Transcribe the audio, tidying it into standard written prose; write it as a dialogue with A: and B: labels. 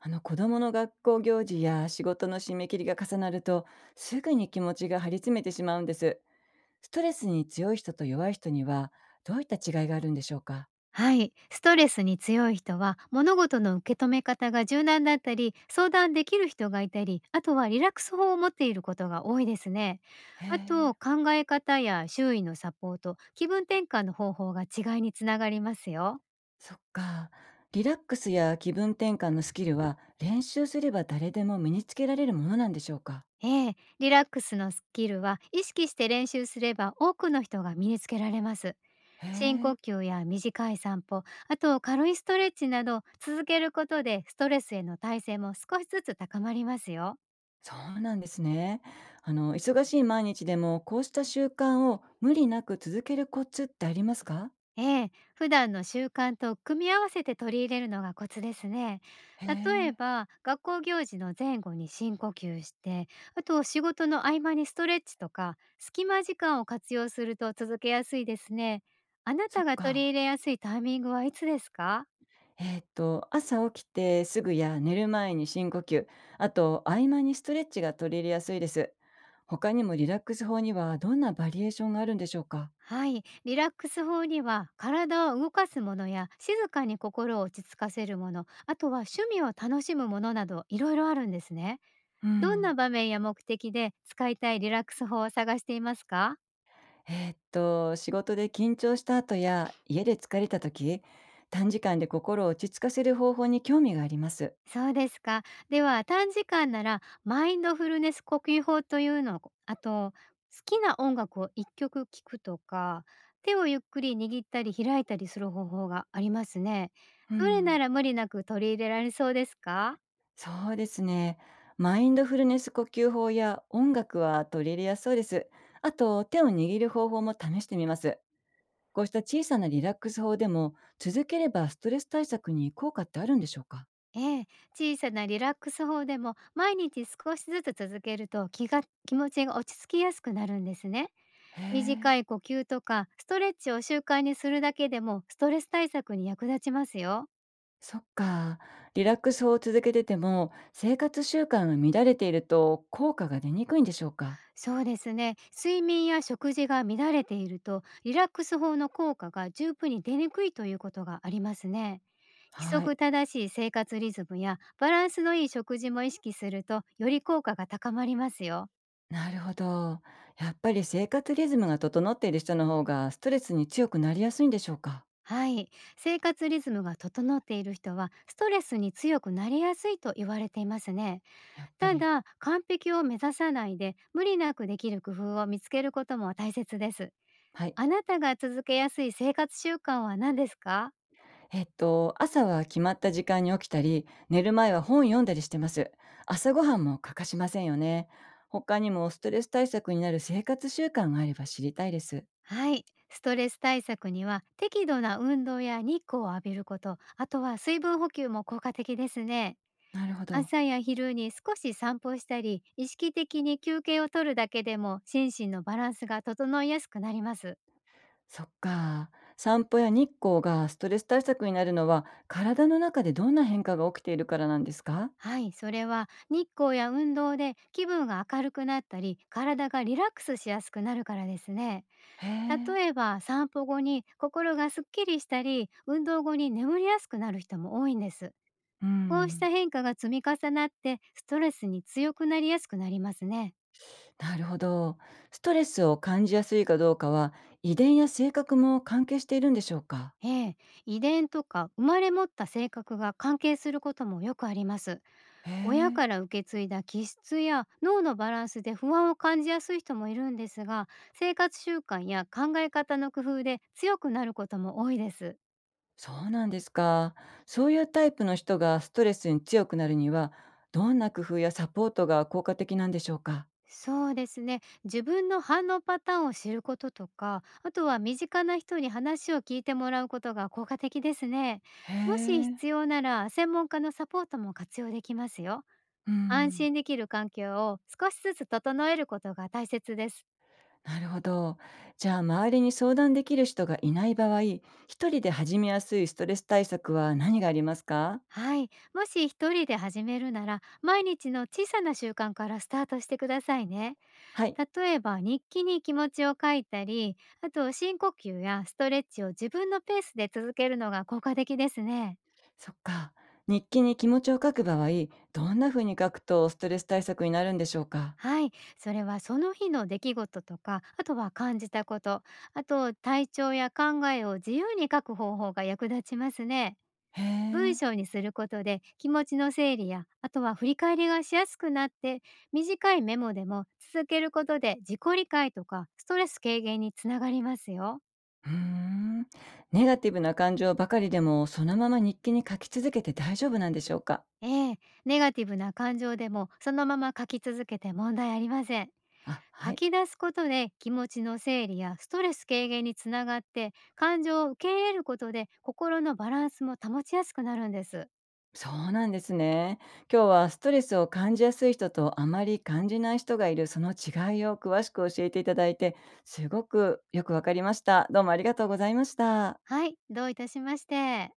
A: 子供の学校行事や仕事の締め切りが重なると、すぐに気持ちが張り詰めてしまうんです。ストレスに強い人と弱い人には、どういった違いがあるんでしょうか？
B: はい、ストレスに強い人は物事の受け止め方が柔軟だったり相談できる人がいたり、あとはリラックス法を持っていることが多いですね。
A: へ
B: あと
A: え。
B: 考え方や周囲のサポート、気分転換の方法が違いにつながりますよ。
A: そっか。リラックスや気分転換のスキルは練習すれば誰でも身につけられるものなんでしょうか？
B: ええ、リラックスのスキルは意識して練習すれば多くの人が身につけられます。
A: へ
B: 深呼
A: え。
B: 吸や短い散歩、あと軽いストレッチなど続けることでストレスへの耐性も少しずつ高まりますよ。
A: そうなんですね。あの、忙しい毎日でもこうした習慣を無理なく続けるコツってありますか？
B: ええ、普段の習慣と組み合わせて取り入れるのがコツですね。
A: へ
B: 例え
A: え。
B: ば、学校行事の前後に深呼吸して、あと仕事の合間にストレッチとか、隙間時間を活用すると続けやすいですね。あな
A: そ
B: た
A: っ
B: が取り
A: か。
B: 入れやすいタイミングはいつですか？
A: 朝起きてすぐや寝る前に深呼吸、あと合間にストレッチが取り入れやすいです。他にもリラックス法にはどんなバリエーションがあるんでしょうか？
B: はい、リラックス法には体を動かすものや静かに心を落ち着かせるもの、あとは趣味を楽しむものなどいろいろあるんですね。
A: う
B: どんな
A: ん。
B: 場面や目的で使いたいリラックス法を探していますか？
A: 仕事で緊張した後や家で疲れた時、短時間で心を落ち着かせる方法に興味があります。
B: そうですか。では短時間ならマインドフルネス呼吸法というのを、あと好きな音楽を一曲聴くとか、手をゆっくり握ったり開いたりする方法がありますね。
A: う
B: どれな
A: ん。
B: ら無理なく取り入れられそうですか？
A: そうですね。マインドフルネス呼吸法や音楽は取り入れやすそうです。あと、手を握る方法も試してみます。こうした小さなリラックス法でも、続ければストレス対策に効果ってあるんでしょうか？
B: ええ、小さなリラックス法でも毎日少しずつ続けると、気持ちが落ち着きやすくなるんですね。
A: へえ。
B: 短い呼吸とかストレッチを習慣にするだけでもストレス対策に役立ちますよ。
A: そっか。リラックス法を続けてても、生活習慣が乱れていると効果が出にくいんでしょうか？
B: そうですね。睡眠や食事が乱れているとリラックス法の効果が十分に出にくいということがありますね。規
A: は
B: 則
A: い。
B: 正しい生活リズムやバランスのいい食事も意識するとより効果が高まりますよ。
A: なるほど。やっぱり生活リズムが整っている人の方がストレスに強くなりやすいんでしょうか？
B: はい。生活リズムが整っている人はストレスに強くなりやすいと言われていますね。
A: やっぱ
B: た
A: り。
B: だ、完璧を目指さないで、無理なくできる工夫を見つけることも大切です。
A: はい。
B: あなたが続けやすい生活習慣は何ですか？
A: えっと、朝は決まった時間に起きたり、寝る前は本読んだりしてます。朝ごはんも欠かしませんよね。他にもストレス対策になる生活習慣があれば知りたいです。
B: はい。ストレス対策には適度な運動や日光を浴びること、あとは水分補給も効果的ですね。
A: なるほど。
B: 朝や昼に少し散歩したり、意識的に休憩を取るだけでも心身のバランスが整いやすくなります。
A: そっか。散歩や日光がストレス対策になるのは、体の中でどんな変化が起きているからなんですか？
B: はい、それは日光や運動で気分が明るくなったり体がリラックスしやすくなるからですね。
A: へえ。
B: 例えば散歩後に心がすっきりしたり、運動後に眠りやすくなる人も多いんです。
A: う
B: こうした
A: ん。
B: 変化が積み重なってストレスに強くなりやすくなりますね。
A: なるほど。ストレスを感じやすいかどうかは、遺伝や性格も関係しているんでしょうか？
B: ええ、遺伝とか生まれ持った性格が関係することもよくあります。
A: へ
B: 親
A: え。
B: から受け継いだ気質や脳のバランスで不安を感じやすい人もいるんですが、生活習慣や考え方の工夫で強くなることも多いです。
A: そうなんですか。そういうタイプの人がストレスに強くなるには、どんな工夫やサポートが効果的なんでしょうか？
B: そうですね、自分の反応パターンを知ることとか、あとは身近な人に話を聞いてもらうことが効果的ですね。
A: へ
B: もし
A: え。
B: 必要なら専門家のサポートも活用できますよ。
A: う
B: 安
A: ん。
B: 心できる環境を少しずつ整えることが大切です。
A: なるほど。じゃあ、周りに相談できる人がいない場合、一人で始めやすいストレス対策は何がありますか？
B: はい。もし一人で始めるなら、毎日の小さな習慣からスタートしてくださいね。
A: はい。
B: 例えば、日記に気持ちを書いたり、あと深呼吸やストレッチを自分のペースで続けるのが効果的ですね。
A: そっか。日記に気持ちを書く場合、どんな風に書くとストレス対策になるんでしょうか？
B: はい。それはその日の出来事とか、あとは感じたこと、あと体調や考えを自由に書く方法が役立ちますね。
A: へ
B: 文
A: え。
B: 章にすることで気持ちの整理や、あとは振り返りがしやすくなって、短いメモでも続けることで自己理解とかストレス軽減につながりますよ。
A: うーん。ネガティブな感情ばかりでも、そのまま日記に書き続けて大丈夫なんでしょうか？
B: ええ、ネガティブな感情でもそのまま書き続けて問題ありません。
A: あ、
B: 書
A: はい、
B: き出すことで気持ちの整理やストレス軽減につながって、感情を受け入れることで心のバランスも保ちやすくなるんです。
A: そうなんですね。今日はストレスを感じやすい人とあまり感じない人がいる、その違いを詳しく教えていただいて、すごくよくわかりました。どうもありがとうございました。
B: はい、どういたしまして。